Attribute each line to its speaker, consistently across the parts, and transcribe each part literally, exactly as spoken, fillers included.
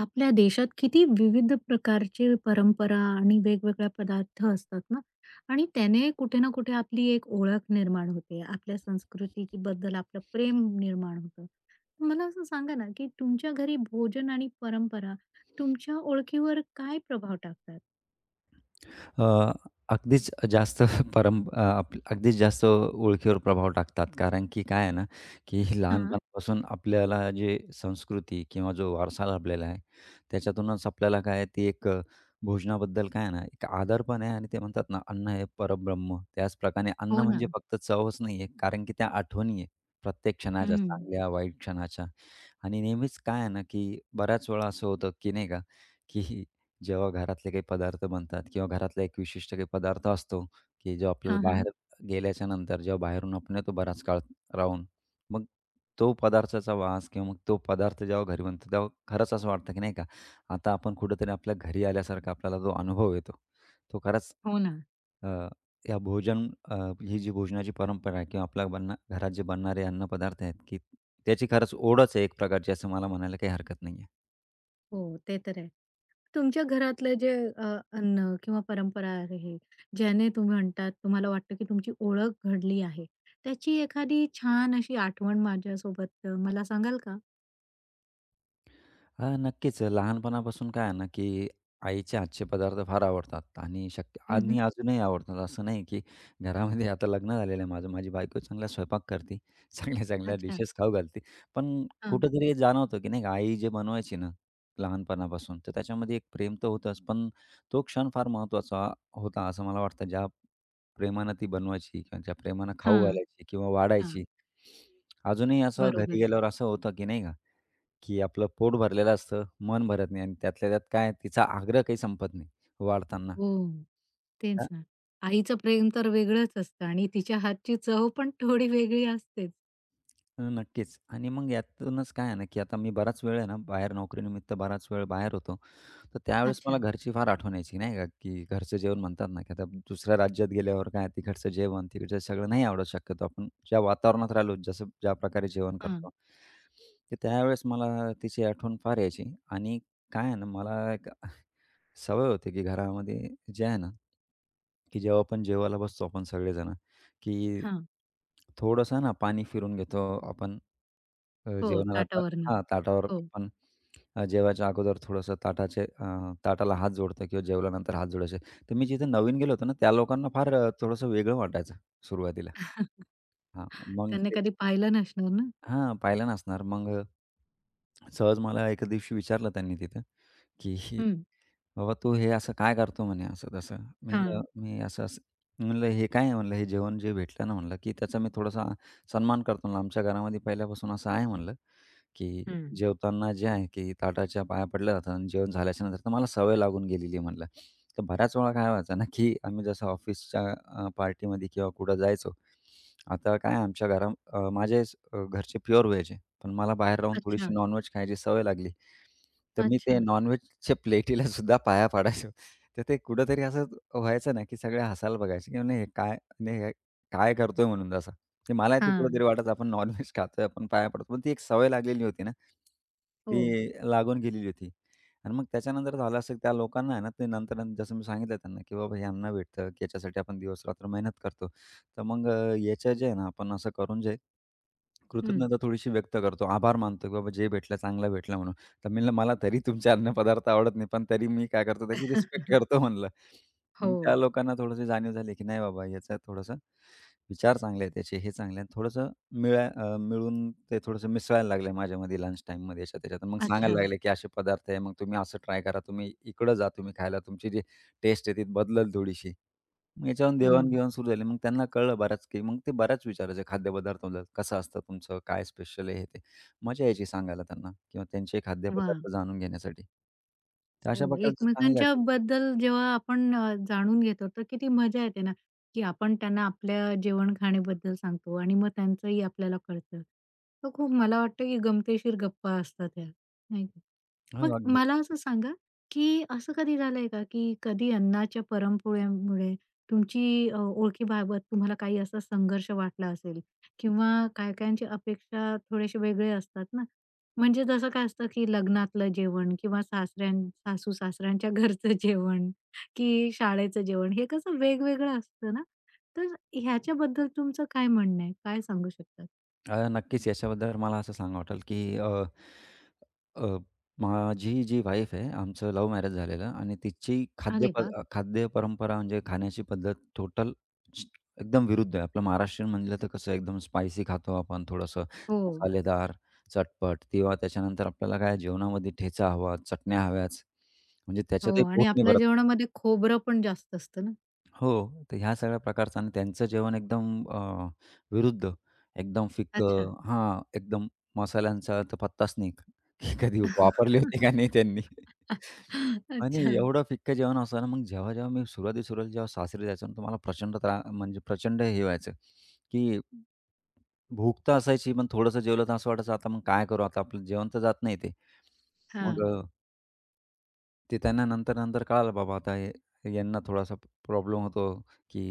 Speaker 1: आपल्या देशात किती विविध प्रकारचे परंपरा आणि वेगवेगळ्या पदार्थ असतात ना. आणि त्याने कुठे ना कुठे आपली एक ओळख निर्माण होते, आपल्या संस्कृतीची बद्दल आपलं प्रेम निर्माण होतं. मला असं सांगा ना, की तुमच्या घरी भोजन आणि परंपरा तुमच्या ओळखीवर काय प्रभाव टाकतात?
Speaker 2: अ, अगदीच जास्त परं अ, आप अगदीच जास्त ओळखीवर प्रभाव टाकतात. कारण की काय आहे ना, की
Speaker 1: हा.
Speaker 2: लहानपणापासून आपल्याला जे संस्कृती किंवा जो वारसा लाभलेला आहे, त्याच्यातूनच आपल्याला काय आहे ती एक अ, भोजनाबद्दल काय आहे ना, एक आदर पण आहे आणि ते म्हणतात ना, अन्न हे परब्रह्म. त्याचप्रकारे अन्न
Speaker 1: हो ना.
Speaker 2: म्हणजे फक्त चवच नाही आहे, कारण की त्या आठवणी आहे प्रत्येक क्षणाच्या,
Speaker 1: हम्म.
Speaker 2: चांगल्या वाईट क्षणाच्या. आणि नेहमीच काय आहे ना, की बऱ्याच वेळा असं होतं, की नाही का, की जेव्हा घरातले काही पदार्थ बनतात किंवा घरातला एक विशिष्ट काही पदार्थ असतो, की जो
Speaker 1: हा
Speaker 2: आपल्याला
Speaker 1: हा.
Speaker 2: बाहेर गेल्याच्या नंतर जेव्हा बाहेरून आपण येतो बराच काळ राहून, मग तो पदार्थाचा वास किंवा मग तो पदार्थ जेव्हा घरी बनतो, तेव्हा खरंच असं वाटतं, की नाही का, आता आपण कुठेतरी आपल्या घरी आल्यासारखा आपल्याला जो अनुभव येतो, तो खरंच
Speaker 1: हो ना.
Speaker 2: अ, या भोजन अ, ही जी भोजनाची परंपरा आहे किंवा आपल्या बनणा घरात जे बनणारे अन्नपदार्थ आहेत, की त्याची खरंच ओढच आहे एक प्रकारची असं मला म्हणायला काही हरकत नाही.
Speaker 1: हो, ते तर आहे. तुमच्या घरातलं जे अ, अन्न किंवा परंपरा आहे, ज्याने तुम्ही म्हणतात तुम्हाला वाटतं की तुमची ओळख घडली आहे. त्याची एखादी छान अशी आठवण माझ्यासोबत अ, मला सांगाल का?
Speaker 2: हां, नक्कीच. लहानपणापासून काय आहे ना, की आईचे हातचे पदार्थ फार आवडतात आणि शक्य
Speaker 1: हं.
Speaker 2: आणि अजूनही आवडतात. असं नाही की घरामध्ये आता लग्न झालेलं आहे माझं. माझी बायको चांगला स्वयंपाक करते. चांगल्या-चांगल्या
Speaker 1: अच्छा.
Speaker 2: डिशेस खाऊ घालते. पण
Speaker 1: हां,
Speaker 2: कुठेतरी हे जाणवतं, की नाही का आई जे बनवायची ना लहानपणापासून, तर त्याच्यामध्ये एक प्रेम तर होतंच. पण तो क्षण फार महत्त्वाचा होता असं मला वाटतं. ज्या प्रेमानं ती बनवायची किंवा ज्या प्रेमानं खाऊ
Speaker 1: हां,
Speaker 2: घालायची किंवा
Speaker 1: हां.
Speaker 2: वाढायची. अजूनही असं घरी
Speaker 1: बरोबर.
Speaker 2: गेल्यावर असं होतं, की नाही का की आपलं पोट भरलेलं असतं, मन भरत नाही आणि त्यातल्या त्यात काय तिचा आग्रह काही संपत नाही वाढताना.
Speaker 1: हो, तेच
Speaker 2: हां,
Speaker 1: ना. आईचं प्रेम तर वेगळंच असतं आणि तिच्या हातची चव पण थोडी वेगळी असतेच.
Speaker 2: अ, नक्कीच आणि मग यातूनच काय आहे ना, की आता मी बराच वेळ आहे ना, बाहेर नोकरीनिमित्त बराच वेळ बाहेर होतो. तर त्यावेळेस मला
Speaker 1: अच्छा.
Speaker 2: घरची फार आठवण यायची नाही का, की घरचं जेवण म्हणतात ना, की आता दुसऱ्या राज्यात गेल्यावर काय तिकडचं जेवण, तिकडचं सगळं नाही आवडत शक्यतो आपण ज्या वातावरणात राहिलो, जसं ज्या प्रकारे जेवण
Speaker 1: हां,
Speaker 2: करतो. तर त्यावेळेस मला तिची आठवण फार यायची आणि काय आहे ना, मला एक सवय होती की घरामध्ये जे आहे ना, की जेव्हा आपण जेवायला बसतो आपण सगळेजण, की
Speaker 1: हां.
Speaker 2: थोडंसं ना पाणी फिरून घेतो आपण अ,
Speaker 1: हो,
Speaker 2: जेवणाला आता.
Speaker 1: ताटावरनं.
Speaker 2: हां, ताटावर
Speaker 1: हो,
Speaker 2: आपण अ, जेवायच्या अगोदर थोडंसं ताटाचे अ, ताटाला हात जोडतो किंवा जेवल्यानंतर हात जोडायचे. तर मी जिथे नवीन गेलो होतो ना, त्या लोकांना फार अ, थोडंसं वेगळं वाटायचं सुरुवातीला. हां, मग
Speaker 1: त्यांनी
Speaker 2: ते
Speaker 1: कधी पाहिलं नसणार ना?
Speaker 2: हां, पाहिलं नसणार. मग सहज मला एके दिवशी विचारलं त्यांनी तिथं, की
Speaker 1: हं.
Speaker 2: "बाबा तू हे असं काय करतो?" म्हणे असं-तसं. म्हणलं,
Speaker 1: हां.
Speaker 2: "मी असं-असं" म्हणलं, "हे काय आहे?" म्हणलं, "हे जेवण जे भेटलं ना" म्हणलं, "की त्याचा मी थोडासा सन्मान करतो." म्हणलं, "आमच्या घरामध्ये पहिल्यापासून असं आहे" म्हणलं, की
Speaker 1: हं.
Speaker 2: जेवताना जे आहे की ताटाच्या पाया पडलं जातं आणि जेवण झाल्याच्या नंतर तर मला सवय लागून गेलेली आहे म्हणलं. तर बऱ्याच वेळा काय व्हायचं ना, की आम्ही जसं ऑफिसच्या पार्टीमध्ये किंवा कुठं जायचो. आता काय आमच्या घरा अ, माझे अ, घरचे प्युअर व्हेज आहे. पण मला बाहेर राहून थोडीशी
Speaker 1: अच्छा,
Speaker 2: नॉन खायची सवय लागली. तर मी ते
Speaker 1: अच्छा.
Speaker 2: नॉन च्या प्लेटीला सुद्धा पाया पाडायचो. तर ते कुठेतरी असं व्हायचं ना, की सगळे हसायला बघायचे, की "नाही हे काय नाही हे काय करतोय?" म्हणून तसं. ते मला ते
Speaker 1: हां,
Speaker 2: कुठेतरी वाटायचं आपण नॉन खातोय, आपण पाया पडतो. पण ती एक सवय लागलेली होती ना, ती
Speaker 1: हो.
Speaker 2: लागून गेलेली होती. आणि मग त्याच्यानंतर झालं असं, की त्या लोकांना आहे ना, ते नंतर नंतर जसं मी सांगितलं त्यांना, की "बाबा हे अन्न भेटतं, की याच्यासाठी आपण दिवस-रात्र मेहनत करतो." तर मग अ, याच्या जे आहे ना, आपण असं करून जे
Speaker 1: हं.
Speaker 2: कृतज्ञता थोडीशी व्यक्त करतो, आभार मानतो, की "बाबा जे भेटलं चांगलं भेटलं" म्हणून. तर मी म्हणलं, "मला तरी तुमचे अन्नपदार्थ आवडत नाही, पण तरी मी काय करतो त्याची रिस्पेक्ट करतो" म्हणलं. मग
Speaker 1: हो.
Speaker 2: त्या लोकांना थोडीशी जाणीव झाली, की नाही बाबा याचा थोडासा विचार चांगले आहेत त्याचे, हे चांगले आहेत. थोडंसं मिळा अ, मिळून ते थोडंसं मिसळायला लागले माझ्यामध्ये लंच टाईममध्ये याच्यात त्याच्यात. मग सांगायला
Speaker 1: अच्छा.
Speaker 2: लागले, की असे पदार्थ आहे, मग तुम्ही असं ट्राय करा, तुम्ही इकडं जा तुम्ही खायला, तुमची जी टेस्ट आहे ती बदलल थोडीशी. मग याच्यावरून
Speaker 1: हं.
Speaker 2: देवाणघेवाण सुरू झाली. मग त्यांना कळलं बराच, की मग ते बऱ्याच विचारायचे खाद्यपदार्थाबद्दल, "कसं असतं तुमचं? काय स्पेशल आहे?" हे ते. मजा यायची सांगायला त्यांना किंवा त्यांचे
Speaker 1: वाह!
Speaker 2: खाद्यपदार्थ जाणून घेण्यासाठी. तर अशा
Speaker 1: हो,
Speaker 2: प्रकारचं चांगली
Speaker 1: एकमेकांच्या
Speaker 2: आठवण.
Speaker 1: बद्दल जेव्हा आपण अ, जाणून घेतो, तर किती मजा येते ना, की आपण त्यांना आपल्या जेवण खाण्याबद्दल सांगतो आणि मग त्यांचंही आपल्याला कळतं. तर खूप मला वाटतं, की गमतीशीर गप्पा असतात ह्या, नाही का? मग
Speaker 2: हो, अगदी.
Speaker 1: मला असं सांगा, की असं कधी झालंय का, की कधी अन्नाच्या पुरणपोळ्यामुळे तुमची अ, ओळखीबाबत तुम्हाला काही असा संघर्ष वाटला असेल, किंवा काही-काहींची अपेक्षा थोडेसे वेगळे असतात ना. म्हणजे जसं काय असतं, की लग्नातलं जेवण किंवा सासऱ्यां सासू-सासऱ्यांच्या घरचं जेवण, की शाळेचं जेवण हे कसं वेगवेगळं असतं ना. तर ह्याच्याबद्दल तुमचं काय म्हणणं आहे? काय सांगू शकतात?
Speaker 2: अ, नक्कीच याच्याबद्दल मला असं सांगावं वाटेल, की अ, अ, माझी जी वाईफ आहे, आमचं लव्ह मॅरेज झालेलं आणि तिची खाद्य
Speaker 1: अरे
Speaker 2: प
Speaker 1: वाह!
Speaker 2: खाद्य परंपरा म्हणजे खाण्याची पद्धत टोटल एकदम विरुद्ध आहे. आपलं महाराष्ट्रीयन म्हणलं तर कसं एकदम स्पायसी खातो आपण थोडंसं
Speaker 1: हो.
Speaker 2: मसालेदार, चटपट किंवा त्याच्यानंतर आपल्याला काय जेवणामध्ये ठेचा हवा, चटण्या हव्याच. म्हणजे
Speaker 1: हो,
Speaker 2: त्याच्यातही पोट
Speaker 1: आणि
Speaker 2: नाही
Speaker 1: आपल्या
Speaker 2: भरत.
Speaker 1: जेवणामध्ये खोबरं पण जास्त असतं ना.
Speaker 2: हो. तर ह्या सगळ्या प्रकारचं आणि त्यांचं जेवण एकदम अ, विरुद्ध एकदम
Speaker 1: अच्छा.
Speaker 2: फिकं. हां, एकदम मसाल्यांचा तर पत्ताच नाही. की कधी वापरले होते का नाही त्यांनी. आणि
Speaker 1: अच्छा.
Speaker 2: एवढं फिक्कं जेवण असताना मग जेव्हा-जेव्हा मी सुरुवाती-सुरुवातीला जेव्हा सासरी जायचो ना, तर मला प्रचंड त्रा म्हणजे प्रचंड हे व्हायचं, की भूक तर असायची, पण थोडंसं जेवलं तर असं वाटायचं, आता मग काय करू? आता आपलं जेवण तर जात नाही ते. मग
Speaker 1: हां.
Speaker 2: अ ते त्यांना नंतर-नंतर कळालं बाबा आता हे यांना थोडासा प्रॉब्लेम होतो, की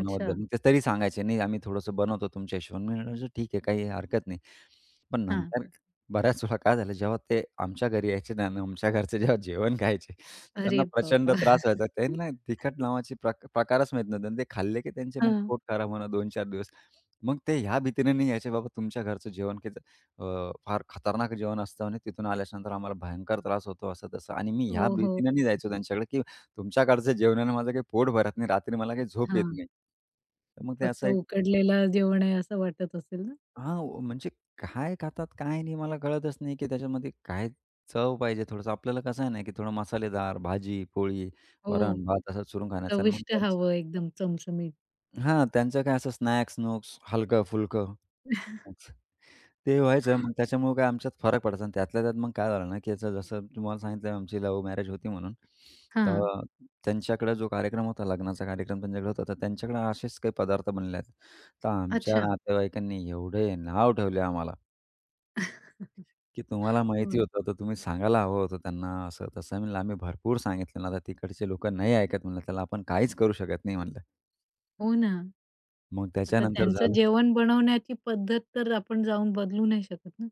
Speaker 1: अच्छा.
Speaker 2: मग ते तरी सांगायचे, "नाही आम्ही थोडंसं बनवतो तुमच्या हिशोबाने." मी म्हणायचो, "ठीक आहे, काही हरकत नाही." पण
Speaker 1: हां.
Speaker 2: नंतर बऱ्याच वेळा काय झालं, जेव्हा ते आमच्या घरी यायचे ना आणि आमच्या घरचे जेव्हा जेवण खायचे, त्यांना
Speaker 1: अरे
Speaker 2: प्रचंड
Speaker 1: बाबा!
Speaker 2: त्रास व्हायचा. त्यांना तिखट नावाचे प्रक प्रकारच माहीत नव्हते आणि ते खाल्ले की त्यांचे मग
Speaker 1: हां.
Speaker 2: पोट खराब होणं दोन ते चार दिवस. मग ते ह्या भीतीने नाही यायचे, "बाबा तुमच्या घरचं जेवण अ, फार खतरनाक जेवण असतं आणि तिथून आल्याच्यानंतर आम्हाला भयंकर त्रास होतो, असं तसं. आणि मी ह्या
Speaker 1: ओहो!
Speaker 2: भीतीनं नाही जायचो त्यांच्याकडे, की तुमच्याकडच्या जेवणानं माझं काही पोट भरत नाही, रात्री मला काही झोप येत
Speaker 1: हां.
Speaker 2: नाही. तर मग ते असं
Speaker 1: फक्त
Speaker 2: एक.
Speaker 1: उकडलेलं जेवण आहे असं वाटत असेल ना?
Speaker 2: हां, म्हणजे काय खातात, काय नाही मला कळतच नाही, की त्याच्यामध्ये काय चव पाहिजे थोडंसं. आपल्याला कसं आहे ना, की थोडं मसालेदार भाजी, पोळी,
Speaker 1: हो.
Speaker 2: वरण-भात असं चुरून खाण्याचं आणि मग
Speaker 1: चविष्ट
Speaker 2: त्यांचं.
Speaker 1: हवं एकदम चमचमीत.
Speaker 2: हां, त्यांचं काय असं स्नॅक्स-नुक्स हलकं-फुलकं. ते व्हायचं. मग त्याच्यामुळे काय आमच्यात फरक पडायचा आणि त्यातल्या त्यात मग काय झालं ना, की याचं जसं तुम्हाला सांगितलं आमची लव्ह मॅरेज होती म्हणून. हं.
Speaker 1: हां.
Speaker 2: तर त्यांच्याकडे जो कार्यक्रम होता, लग्नाचा कार्यक्रम त्यांच्याकडे होता, तर त्यांच्याकडे असेच काही पदार्थ बनले आहेत. तर आमच्या
Speaker 1: अच्छा.
Speaker 2: नातेवाईकांनी एवढे नाव ठेवले आम्हाला, की तुम्हाला
Speaker 1: हो.
Speaker 2: माहिती होतं तर तुम्ही सांगायला हवं होतं त्यांना असं तसं. म्हणलं आम्ही भरपूर सांगितलं ना, आता तिकडचे लोकं नाही ऐकत म्हणलं, त्याला आपण काहीच करू शकत नाही म्हणलं.
Speaker 1: हो ना.
Speaker 2: मग
Speaker 1: आता
Speaker 2: त्याच्यानंतर
Speaker 1: त्यांचं
Speaker 2: झालं
Speaker 1: जेवण बनवण्याची पद्धत तर आपण जाऊन बदलू नाही शकत ना.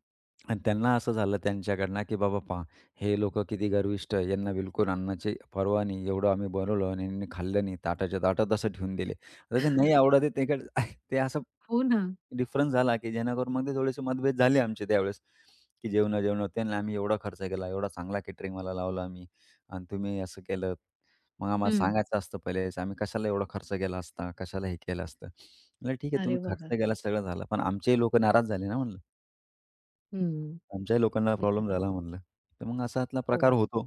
Speaker 2: आणि त्यांना असं झालं त्यांच्याकडनं की बाबा पहा हे लोक किती गर्विष्ट, आहे, यांना बिलकुल अन्नाची पर्वा नाही. एवढं आम्ही बनवलं आणि यांनी खाल्लं नाही. ताटाच्या ताटात असं ठेवून दिले. आता ते नाही आवडत ते काय ते असं
Speaker 1: हो ना.
Speaker 2: डिफरन्स झाला की जेणेकरून मग ते थोडेसे मतभेद झाले आमचे त्यावेळेस, की जेवणा-जेवणावर त्यांना आम्ही एवढा खर्च केला, एवढा चांगला केटरिंगवाला लावला आम्ही आणि तुम्ही असं केलं. मग आम्हाला
Speaker 1: हं.
Speaker 2: सांगायचं असतं पहिलेच, आम्ही कशाला एवढा खर्च केला असता, कशाला हे केलं असतं. म्हणलं ठीक आहे तुम्ही
Speaker 1: अरे
Speaker 2: खर्च
Speaker 1: बाबा!
Speaker 2: केला सगळं झालं. पण आमचेही लोक नाराज झाले ना म्हणलं.
Speaker 1: हं.
Speaker 2: आमच्याही लोकांना
Speaker 1: ते तर
Speaker 2: प्रॉब्लेम
Speaker 1: आहे.
Speaker 2: झाला म्हणलं. तर मग असा त्यातला प्रकार
Speaker 1: हो.
Speaker 2: होतो.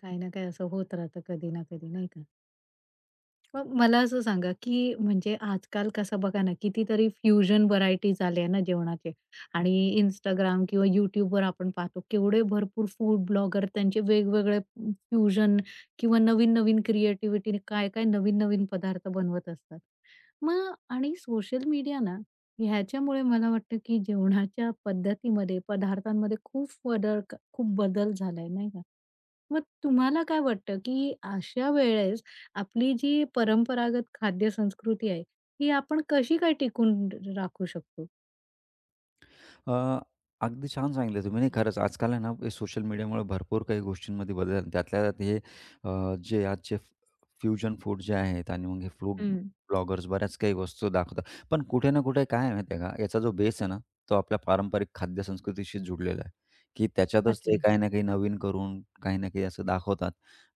Speaker 1: काही ना काही असं होत राहतं कधी ना कधी नाही का? मग मला असं सांगा, की म्हणजे आजकाल कसं बघा ना, कितीतरी फ्युजन व्हरायटीज आल्या ना जेवणाचे. आणि Instagram किंवा YouTubeवर आपण पाहतो, केवढे भरपूर फूड ब्लॉगर त्यांचे वेगवेगळे फ्युजन किंवा नवीन-नवीन क्रिएटिव्हिटीने काय-काय नवीन-नवीन पदार्थ बनवत असतात. मग आणि सोशल मीडिया ना, ह्याच्यामुळे मला वाटतं, की जेवणाच्या पद्धतीमध्ये, पदार्थांमध्ये खूप बदल खूप बदल झालाय, नाही का? मग तुम्हाला काय वाटतं, की अशा वेळेस आपली जी परंपरागत खाद्य संस्कृती आहे, ही आपण कशी काय टिकून र राखू शकतो?
Speaker 2: अ, अगदी छान सांगितलं तुम्ही. नाही खरंच आजकाल आहे ना, हे सोशल मीडियामुळे भरपूर काही गोष्टींमध्ये बदल झाले. त्यातल्या त्यात हे अ, जे आजचे फ फ्युजन फूड जे आहेत आणि मग हे फूड
Speaker 1: हं.
Speaker 2: ब्लॉगर्स बऱ्याच काही वस्तू दाखवतात. पण कुठे ना कुठे काय आहे माहिती आहे का, याचा जो बेस आहे ना, तो आपल्या पारंपरिक खाद्य संस्कृतीशी जुडलेला आहे, की त्याच्यातच ते
Speaker 1: अच्छा.
Speaker 2: काही ना काही नवीन करून, काही ना काही असं दाखवतात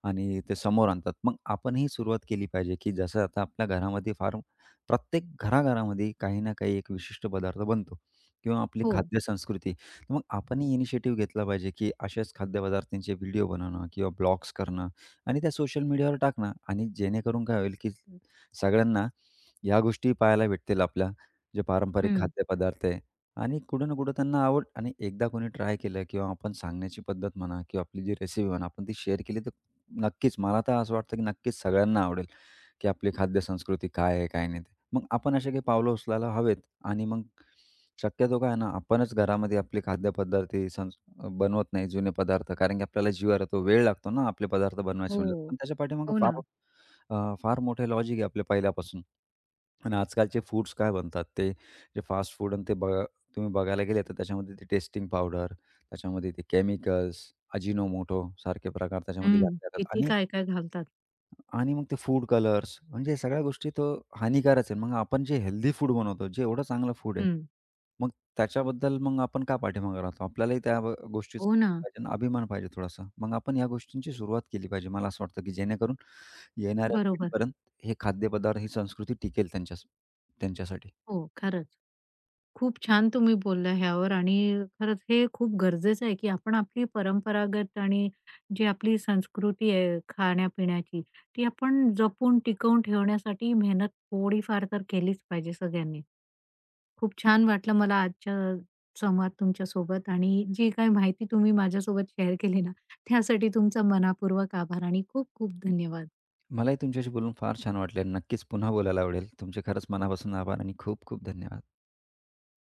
Speaker 2: आणि ते समोर आणतात. मग आपण ही सुरुवात केली पाहिजे, की जसं आता आपल्या घरामध्ये फार प्रत्येक घराघरामध्ये काही ना काही एक विशिष्ट पदार्थ बनतो. किंवा आपली
Speaker 1: हो.
Speaker 2: खाद्य संस्कृती. तर मग आपणही इनिशिएटिव्ह घेतला पाहिजे, की अशाच खाद्यपदार्थांचे व्हिडिओ बनवणं किंवा ब्लॉग्स करणं आणि त्या सोशल मीडियावर टाकणं आणि जेणेकरून काय होईल, की सगळ्यांना ह्या गोष्टी पाहायला भेटतील आपल्या जे पारंपरिक
Speaker 1: हं.
Speaker 2: खाद्यपदार्थ आहे आणि कुठं ना कुठं त्यांना आवड आणि एकदा कोणी ट्राय केलं किंवा आपण सांगण्याची पद्धत म्हणा किंवा आपली जी रेसिपी म्हणा, आपण ती शेअर केली तर नक्कीच मला तर असं वाटतं, की नक्कीच सगळ्यांना आवडेल, की आपली खाद्य संस्कृती काय आहे, काय नाही ते. मग आपण असे काही पावलं उचलायला हवेत आणि मग शक्यतो काय आहे ना, आपणच घरामध्ये आपले खाद्यपदार्थ हे संस बनवत नाही जुने पदार्थ. कारण की आपल्याला जीवावर येतो, वेळ लागतो ना आपले पदार्थ बनवायचे म्हणलं.
Speaker 1: हो.
Speaker 2: पण त्याच्या पाठीमागे
Speaker 1: हो ना.
Speaker 2: फार अ, फार मोठे लॉजिक आहे आपल्या पहिल्यापासून. आणि आजकालचे फूड्स काय बनतात ते जे फास्ट फूड आणि ते बघा तुम्ही बघायला गेले तर त्याच्यामध्ये ते टेस्टिंग पावडर, त्याच्यामध्ये ते केमिकल्स, अजिनोमोटो सारखे प्रकार त्याच्यामध्ये
Speaker 1: हं.
Speaker 2: घातले जातात
Speaker 1: किती
Speaker 2: आणि
Speaker 1: काय-काय घालतात.
Speaker 2: आणि मग ते फूड कलर्स म्हणजे या सगळ्या गोष्टी तो हानिकारच आहे. मग आपण जे हेल्दी फूड बनवतो, जे एवढं चांगलं फूड आहे,
Speaker 1: हं.
Speaker 2: मग त्याच्याबद्दल मग आपण का पाठीमागे राहतो? आपल्यालाही त्या ब गोष्टीचा
Speaker 1: हो ना.
Speaker 2: पाहिजे ना अभिमान पाहिजे थोडासा. मग आपण या गोष्टींची सुरुवात केली पाहिजे. मला असं वाटतं, की जेणेकरून येणाऱ्या
Speaker 1: बरोबर.
Speaker 2: पिढीपर्यंत हे खाद्यपदार्थ, ही संस्कृती टिकेल त्यांच्यास त्यांच्यासाठी.
Speaker 1: हो, खरंच. खूप छान तुम्ही बोलला ह्यावर, आणि खरंच हे खूप गरजेचं आहे, की आपण आपली परंपरागत आणि जी आपली संस्कृती आहे खाण्यापिण्याची, ती आपण जपून टिकवून ठेवण्यासाठी मेहनत थोडीफार तर केलीच पाहिजे सगळ्यांनी. खूप छान वाटलं मला आजच्या संवाद तुमच्यासोबत आणि जी काही माहिती तुम्ही माझ्यासोबत शेअर केली ना, त्यासाठी तुमचा मनापूर्वक आभार आणि खूप खूप धन्यवाद.
Speaker 2: मलाही तुमच्याशी बोलून फार छान वाटले. नक्कीच पुन्हा बोलायला आवडेल. तुमचे खरंच मनापासून आभार आणि खूप खूप धन्यवाद.